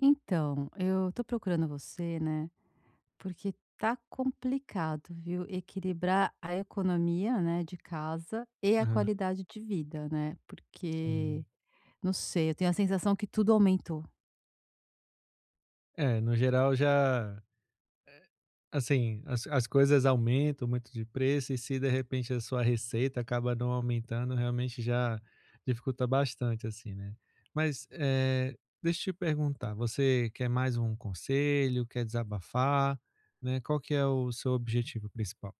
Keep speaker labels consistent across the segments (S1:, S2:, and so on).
S1: Então, eu tô procurando você, né? Porque tá complicado, viu? Equilibrar a economia, né, de casa e a
S2: Aham,
S1: qualidade de vida, né?
S2: sim.
S1: Porque, não sei, eu tenho a sensação que tudo aumentou.
S2: É, no geral já assim, as coisas aumentam muito de preço e se de repente a sua receita acaba não aumentando, realmente já dificulta bastante, assim, né. Mas, deixa eu te perguntar, você quer mais um conselho, quer desabafar, né, qual que é o seu objetivo principal?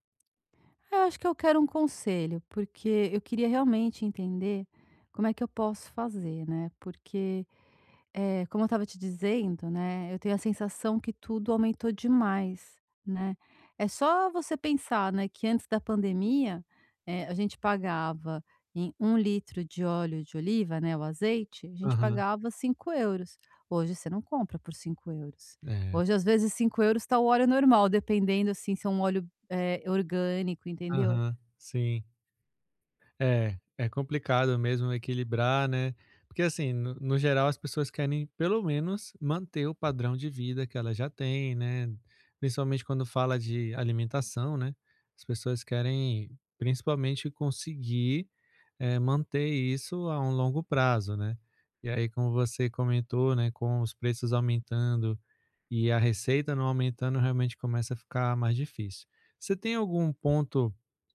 S1: Eu acho que eu quero um conselho, porque eu queria realmente entender como é que eu posso fazer, né? Porque como eu estava te dizendo, né, eu tenho a sensação que tudo aumentou demais, né. É só você pensar, né, que antes da pandemia, a gente pagava em um litro de óleo de oliva, né, o azeite, a gente
S2: Aham,
S1: pagava 5 euros. Hoje você não compra por 5 euros.
S2: é.
S1: Hoje, às vezes, 5 euros está o óleo normal, dependendo, assim, se é um óleo, orgânico, entendeu.
S2: Aham, sim. É, é complicado mesmo equilibrar, né? Porque assim, no geral as pessoas querem pelo menos manter o padrão de vida que elas já têm, né? Principalmente quando fala de alimentação, né? As pessoas querem principalmente conseguir manter isso a um longo prazo, né? E aí, como você comentou, né, com os preços aumentando e a receita não aumentando, realmente começa a ficar mais difícil. Você tem algum ponto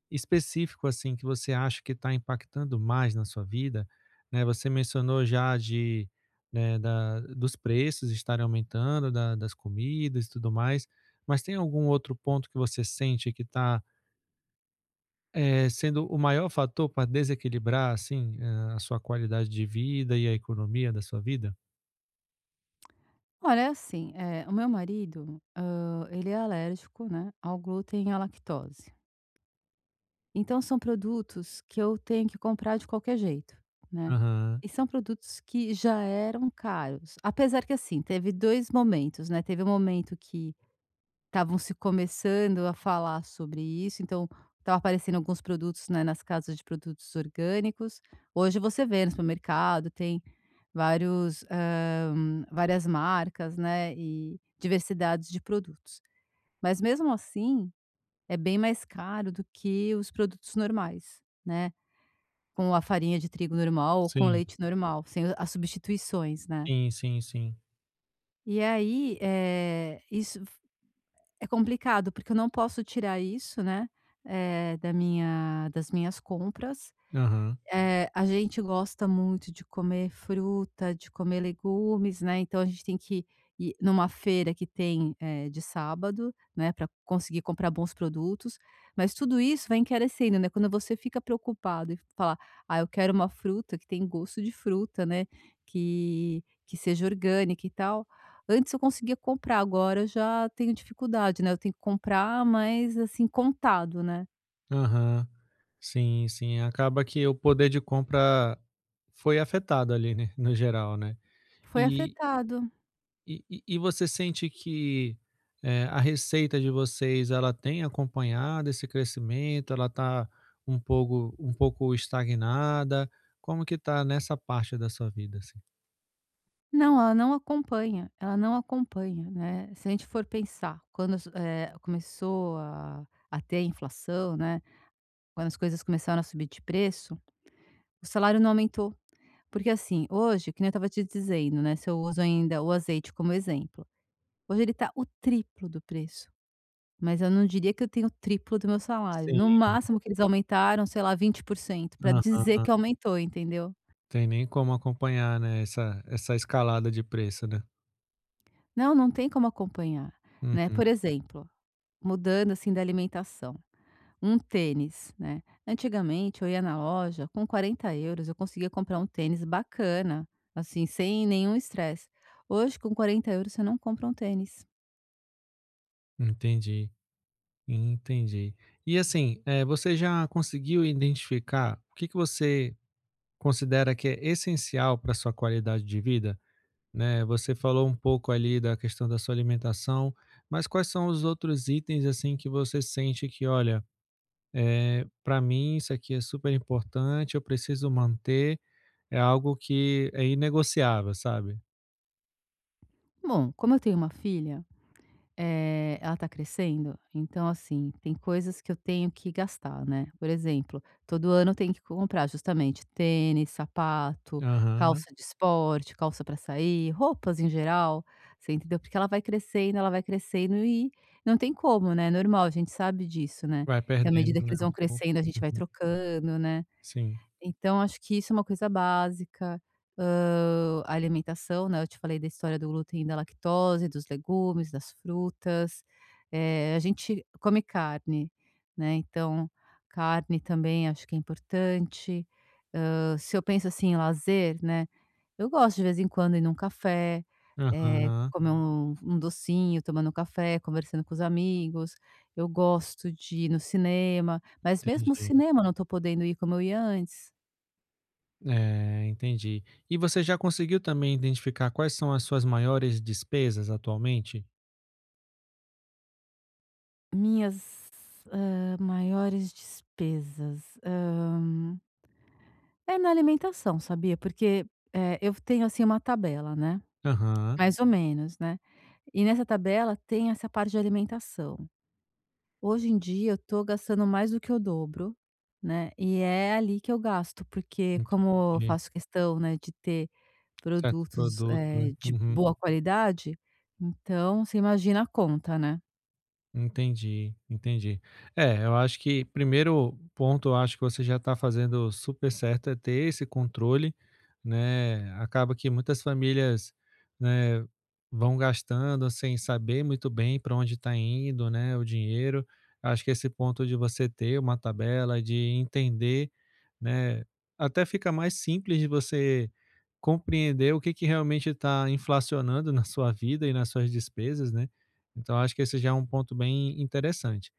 S2: específico, assim, que você acha que está impactando mais na sua vida, né? Você mencionou já de, né, da dos preços estarem aumentando, da das comidas e tudo mais, mas tem algum outro ponto que você sente que está, sendo o maior fator para desequilibrar, assim, a sua qualidade de vida e a economia da sua vida?
S1: Olha, é assim, o meu marido, ele é alérgico, né, ao glúten e à lactose. Então são produtos que eu tenho que comprar de qualquer jeito, né.
S2: Aham.
S1: E são produtos que já eram caros, apesar que assim, teve 2 momentos, né, teve um momento que estavam se começando a falar sobre isso, então estava aparecendo alguns produtos, né, nas casas de produtos orgânicos. Hoje você vê no supermercado, tem vários, várias marcas, né, e diversidades de produtos. Mas mesmo assim é bem mais caro do que os produtos normais, né, com a farinha de trigo normal ou com
S2: Sim,
S1: leite normal, sem as substituições, né.
S2: sim, sim, sim.
S1: E aí, isso é complicado, porque eu não posso tirar isso, né, da minha das minhas compras.
S2: Aham.
S1: É, a gente gosta muito de comer fruta, de comer legumes, né, então a gente tem que ir numa feira que tem, de sábado, né, para conseguir comprar bons produtos, mas tudo isso vai encarecendo, né, quando você fica preocupado e fala: "Ah, eu quero uma fruta que tem gosto de fruta, né, que seja orgânica e tal". Antes eu conseguia comprar, agora eu já tenho dificuldade, né, eu tenho que comprar, mas assim, contado, né.
S2: Aham. Sim, sim. Acaba que o poder de compra foi afetado ali, né, no geral, né.
S1: Foi
S2: E
S1: afetado.
S2: e você sente que, a receita de vocês, ela tem acompanhado esse crescimento? Ela está um pouco estagnada? Como que tá nessa parte da sua vida, assim?
S1: Não, ela não acompanha, né. Se a gente for pensar, quando as começou a ter a inflação, né, quando as coisas começaram a subir de preço, o salário não aumentou. Porque, assim, hoje, que nem eu estava te dizendo, né, se eu uso ainda o azeite como exemplo, hoje ele está o triplo do preço, mas eu não diria que eu tenho o triplo do meu salário. No
S2: Sim.
S1: máximo que eles aumentaram, sei lá, 20%, para dizer
S2: Aham.
S1: que aumentou, entendeu.
S2: Tem nem como acompanhar, né, essa escalada de preço, né.
S1: Não, não tem como acompanhar, né.
S2: Uhum.
S1: Por exemplo, mudando, assim, da alimentação. Um tênis, né. Antigamente eu ia na loja, com 40 euros, eu conseguia comprar um tênis bacana, assim, sem nenhum estresse. Hoje com 40 euros você não compra um tênis.
S2: Entendi. Entendi. E assim, você já conseguiu identificar o que que você considera que é essencial para sua qualidade de vida? Né, você falou um pouco ali da questão da sua alimentação, mas quais são os outros itens assim que você sente que, olha, para mim isso aqui é super importante, eu preciso manter, é algo que é inegociável, sabe?
S1: Bom, como eu tenho uma filha ela tá crescendo, então assim, tem coisas que eu tenho que gastar, né. Por exemplo, todo ano eu tenho que comprar justamente tênis, sapato,
S2: Aham.
S1: calça de esporte, calça para sair, roupas em geral, você entendeu? Porque ela vai crescendo e não tem como, né, é normal, a gente sabe disso, né,
S2: Vai
S1: que à
S2: perdendo,
S1: medida que
S2: né,
S1: eles
S2: um
S1: vão
S2: pouco.
S1: crescendo a gente vai
S2: Uhum.
S1: trocando, né.
S2: Sim.
S1: Então acho que isso é uma coisa básica, a alimentação, né, eu te falei da história do glúten e da lactose, dos legumes, das frutas, a gente come carne, né, então carne também acho que é importante, se eu penso, assim, em lazer, né, eu gosto de vez em quando ir num café,
S2: Aham,
S1: comer um docinho, tomando um café, conversando com os amigos, eu gosto de ir no cinema, mas mesmo o
S2: entendi.
S1: cinema eu não estou podendo ir como eu ia antes.
S2: É, entendi. E você já conseguiu também identificar quais são as suas maiores despesas atualmente?
S1: Minhas, maiores despesas, é na alimentação, sabia, porque, eu tenho, assim, uma tabela, né,
S2: Aham,
S1: mais ou menos, né, e nessa tabela tem essa parte de alimentação. Hoje em dia eu tô gastando mais do que o dobro, né, e é ali que eu gasto, porque como eu
S2: entendi.
S1: faço questão, né, de ter
S2: Certos
S1: produtos,
S2: produtos, né?
S1: de
S2: Uhum.
S1: boa qualidade, então você imagina a conta, né.
S2: Entendi, entendi. É, eu acho que primeiro ponto, eu acho que você já está fazendo super certo é ter esse controle, né? Acaba que muitas famílias, né, vão gastando sem saber muito bem para onde está indo, né, o dinheiro. Acho que esse ponto de você ter uma tabela, de entender, né, até fica mais simples de você compreender o que que realmente está inflacionando na sua vida e nas suas despesas, né? Então acho que esse já é um ponto bem interessante.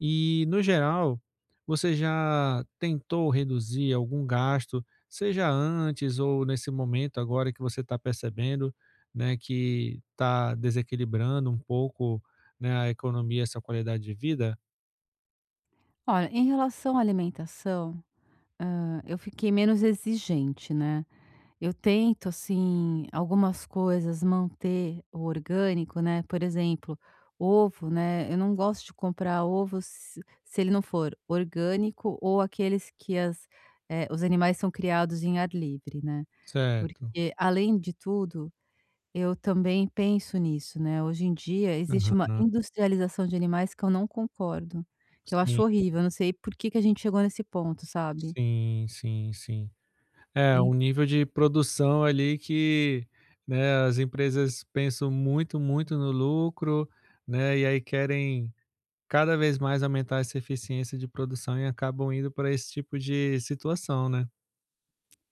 S2: E no geral, você já tentou reduzir algum gasto, seja antes ou nesse momento agora que você está percebendo, né, que está desequilibrando um pouco, né, a economia, essa qualidade de vida?
S1: Olha, em relação à alimentação. Eu fiquei menos exigente, né. Eu tento, assim, algumas coisas manter o orgânico, né, por exemplo, ovo, né, eu não gosto de comprar ovo se ele não for orgânico ou aqueles que as os animais são criados em ar livre, né.
S2: Certo.
S1: Porque, além de tudo, eu também penso nisso, né, hoje em dia existe uma
S2: Aham.
S1: industrialização de animais que eu não concordo, que eu acho
S2: Sim,
S1: horrível, eu não sei por que que a gente chegou nesse ponto, sabe.
S2: sim, sim, sim. É, um nível de produção ali que, né, as empresas pensam muito, muito no lucro, né, e aí querem cada vez mais aumentar essa eficiência de produção e acabam indo para esse tipo de situação, né.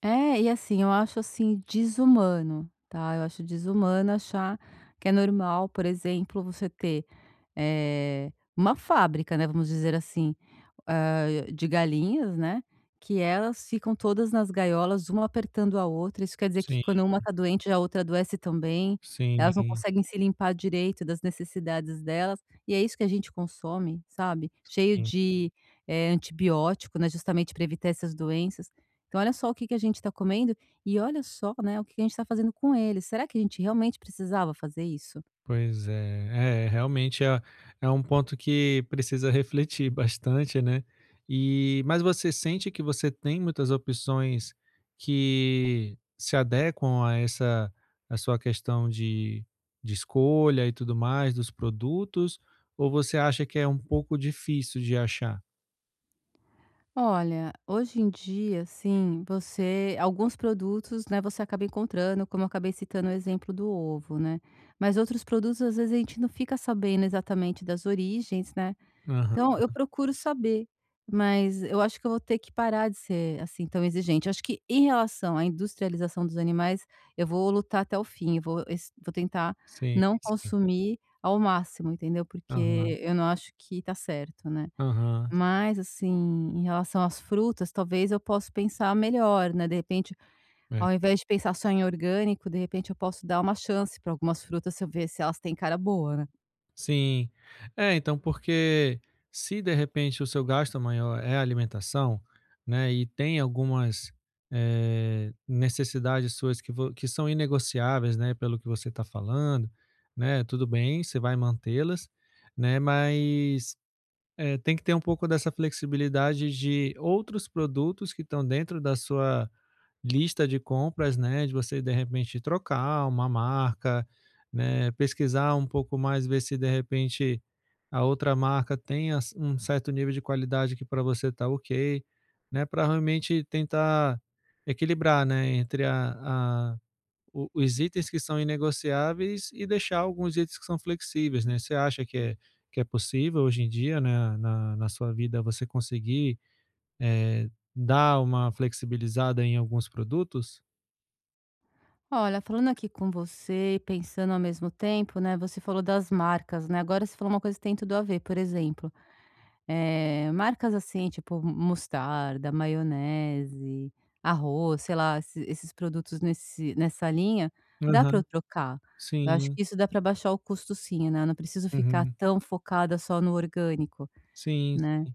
S1: É, e assim, eu acho assim desumano, tá? Eu acho desumano achar que é normal, por exemplo, você ter, uma fábrica, né, vamos dizer assim, hã, de galinhas, né, que elas ficam todas nas gaiolas, uma apertando a outra. Isso quer dizer que
S2: Sim,
S1: quando uma tá doente, a outra adoece também.
S2: sim,
S1: Elas não conseguem se limpar direito das necessidades delas, e é isso que a gente consome, sabe, cheio
S2: sim.
S1: de, antibiótico, né, justamente para evitar essas doenças. Então olha só o que que a gente está comendo e olha só, né, o que a gente está fazendo com eles. Será que a gente realmente precisava fazer isso?
S2: Pois é, é realmente é, é um ponto que precisa refletir bastante, né? E mas você sente que você tem muitas opções que se adequam a essa a sua questão de escolha e tudo mais dos produtos, ou você acha que é um pouco difícil de achar?
S1: Olha, hoje em dia, sim, você alguns produtos, né, você acaba encontrando, como eu acabei citando o exemplo do ovo, né? Mas outros produtos, às vezes, a gente não fica sabendo exatamente das origens, né?
S2: Aham,
S1: Então, eu procuro saber, mas eu acho que eu vou ter que parar de ser, assim, tão exigente. Acho que em relação à industrialização dos animais, eu vou lutar até o fim, eu vou, vou tentar
S2: sim,
S1: não
S2: sim.
S1: consumir ao máximo, entendeu?
S2: Aham,
S1: Porque eu não acho que tá certo, né?
S2: aham.
S1: Mas, assim, em relação às frutas, talvez eu possa pensar melhor, né, de repente,
S2: É.
S1: ao invés de pensar só em orgânico, de repente eu posso dar uma chance para algumas frutas, se eu ver se elas têm cara boa, né.
S2: Sim. É, então, porque se de repente o seu gasto maior é alimentação, né, e tem algumas, necessidades suas que vo que são inegociáveis, né, pelo que você está falando, né, tudo bem, você vai mantê-las, né, mas, tem que ter um pouco dessa flexibilidade de outros produtos que estão dentro da sua lista de compras, né, de você de repente trocar uma marca, né, pesquisar um pouco mais, ver se de repente a outra marca tem as um certo nível de qualidade que para você tá ok, né, para realmente tentar equilibrar, né, entre a o os itens que são inegociáveis e deixar alguns itens que são flexíveis, né. Você acha que é possível hoje em dia, né, na sua vida você conseguir eh, dá uma flexibilizada em alguns produtos?
S1: Olha, falando aqui com você e pensando ao mesmo tempo, né, você falou das marcas, né, agora você falou uma coisa que tem tudo a ver, por exemplo, marcas assim, tipo mostarda, maionese, arroz, sei lá, esses produtos nesse nessa linha, dá para eu
S2: Aham,
S1: trocar. Eu
S2: sim,
S1: acho
S2: né?
S1: que isso dá para baixar o custo sim, né, eu não preciso ficar
S2: Uhum,
S1: tão focada só no orgânico,
S2: sim.
S1: né.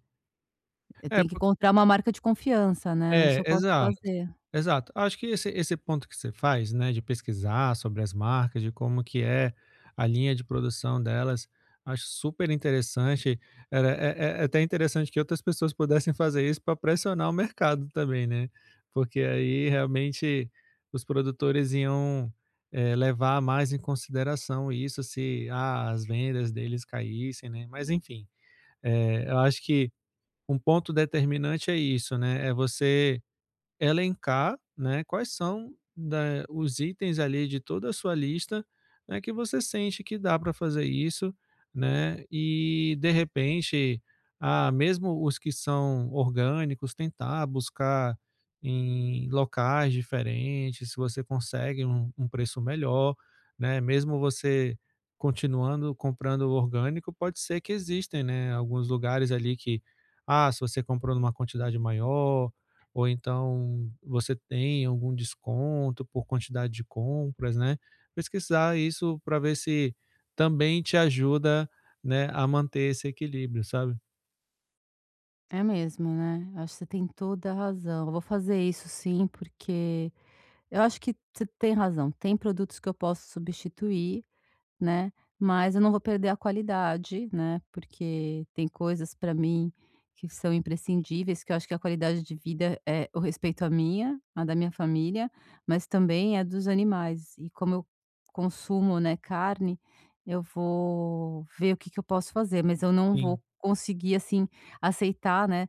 S1: Eu
S2: É
S1: tenho que
S2: por
S1: encontrar uma marca de confiança, né, isso
S2: é,
S1: eu posso
S2: exato.
S1: fazer.
S2: Exato. Acho que esse ponto que você faz, né, de pesquisar sobre as marcas, de como que é a linha de produção delas, acho super interessante. Era é é é até interessante que outras pessoas pudessem fazer isso para pressionar o mercado também, né, porque aí realmente os produtores iam, levar mais em consideração isso se, ah, as vendas deles caíssem, né. Mas enfim, eu acho que um ponto determinante é isso, né, é você elencar, né, quais são da os itens ali de toda a sua lista, né, que você sente que dá para fazer isso, né, e de repente, ah, mesmo os que são orgânicos, tentar buscar em locais diferentes, se você consegue um preço melhor, né, mesmo você continuando comprando o orgânico, pode ser que existem, né, alguns lugares ali que, ah, se você comprou numa quantidade maior ou então você tem algum desconto por quantidade de compras, né. Pesquisar isso para ver se também te ajuda, né, a manter esse equilíbrio, sabe.
S1: É mesmo, né, acho que você tem toda a razão. Eu vou fazer isso sim, porque eu acho que você tem razão, tem produtos que eu posso substituir. Né, mas eu não vou perder a qualidade, né, porque tem coisas para mim que são imprescindíveis, que eu acho que a qualidade de vida é o respeito à minha, à da minha família, mas também é dos animais. E como eu consumo, né, carne, eu vou ver o que que eu posso fazer, mas eu não vou
S2: Sim,
S1: conseguir, assim, aceitar, né,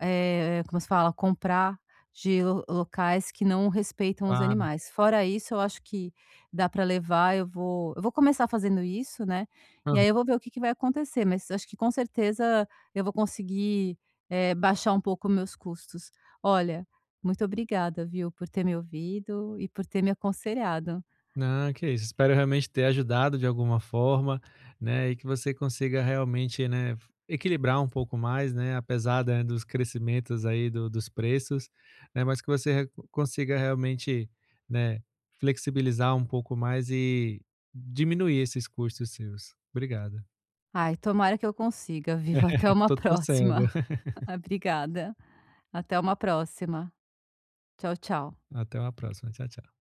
S1: como se fala? Comprar de lo locais que não respeitam os
S2: claro.
S1: animais. Fora isso, eu acho que dá para levar, eu vou começar fazendo isso, né, e aí eu vou ver o que que vai acontecer, mas acho que com certeza eu vou conseguir, baixar um pouco meus custos. Olha, muito obrigada, viu, por ter me ouvido e por ter me aconselhado.
S2: Não, que isso. Espero realmente ter ajudado de alguma forma, né, e que você consiga realmente, né, equilibrar um pouco mais, né, apesar, né, dos crescimentos aí do dos preços, né, mas que você re consiga realmente, né, flexibilizar um pouco mais e diminuir esses custos seus. Obrigado.
S1: Ai, tomara que eu consiga, viu. Até uma
S2: Tô torcendo.
S1: próxima. Obrigada. Até uma próxima. Tchau, tchau.
S2: Até uma próxima. Tchau, tchau.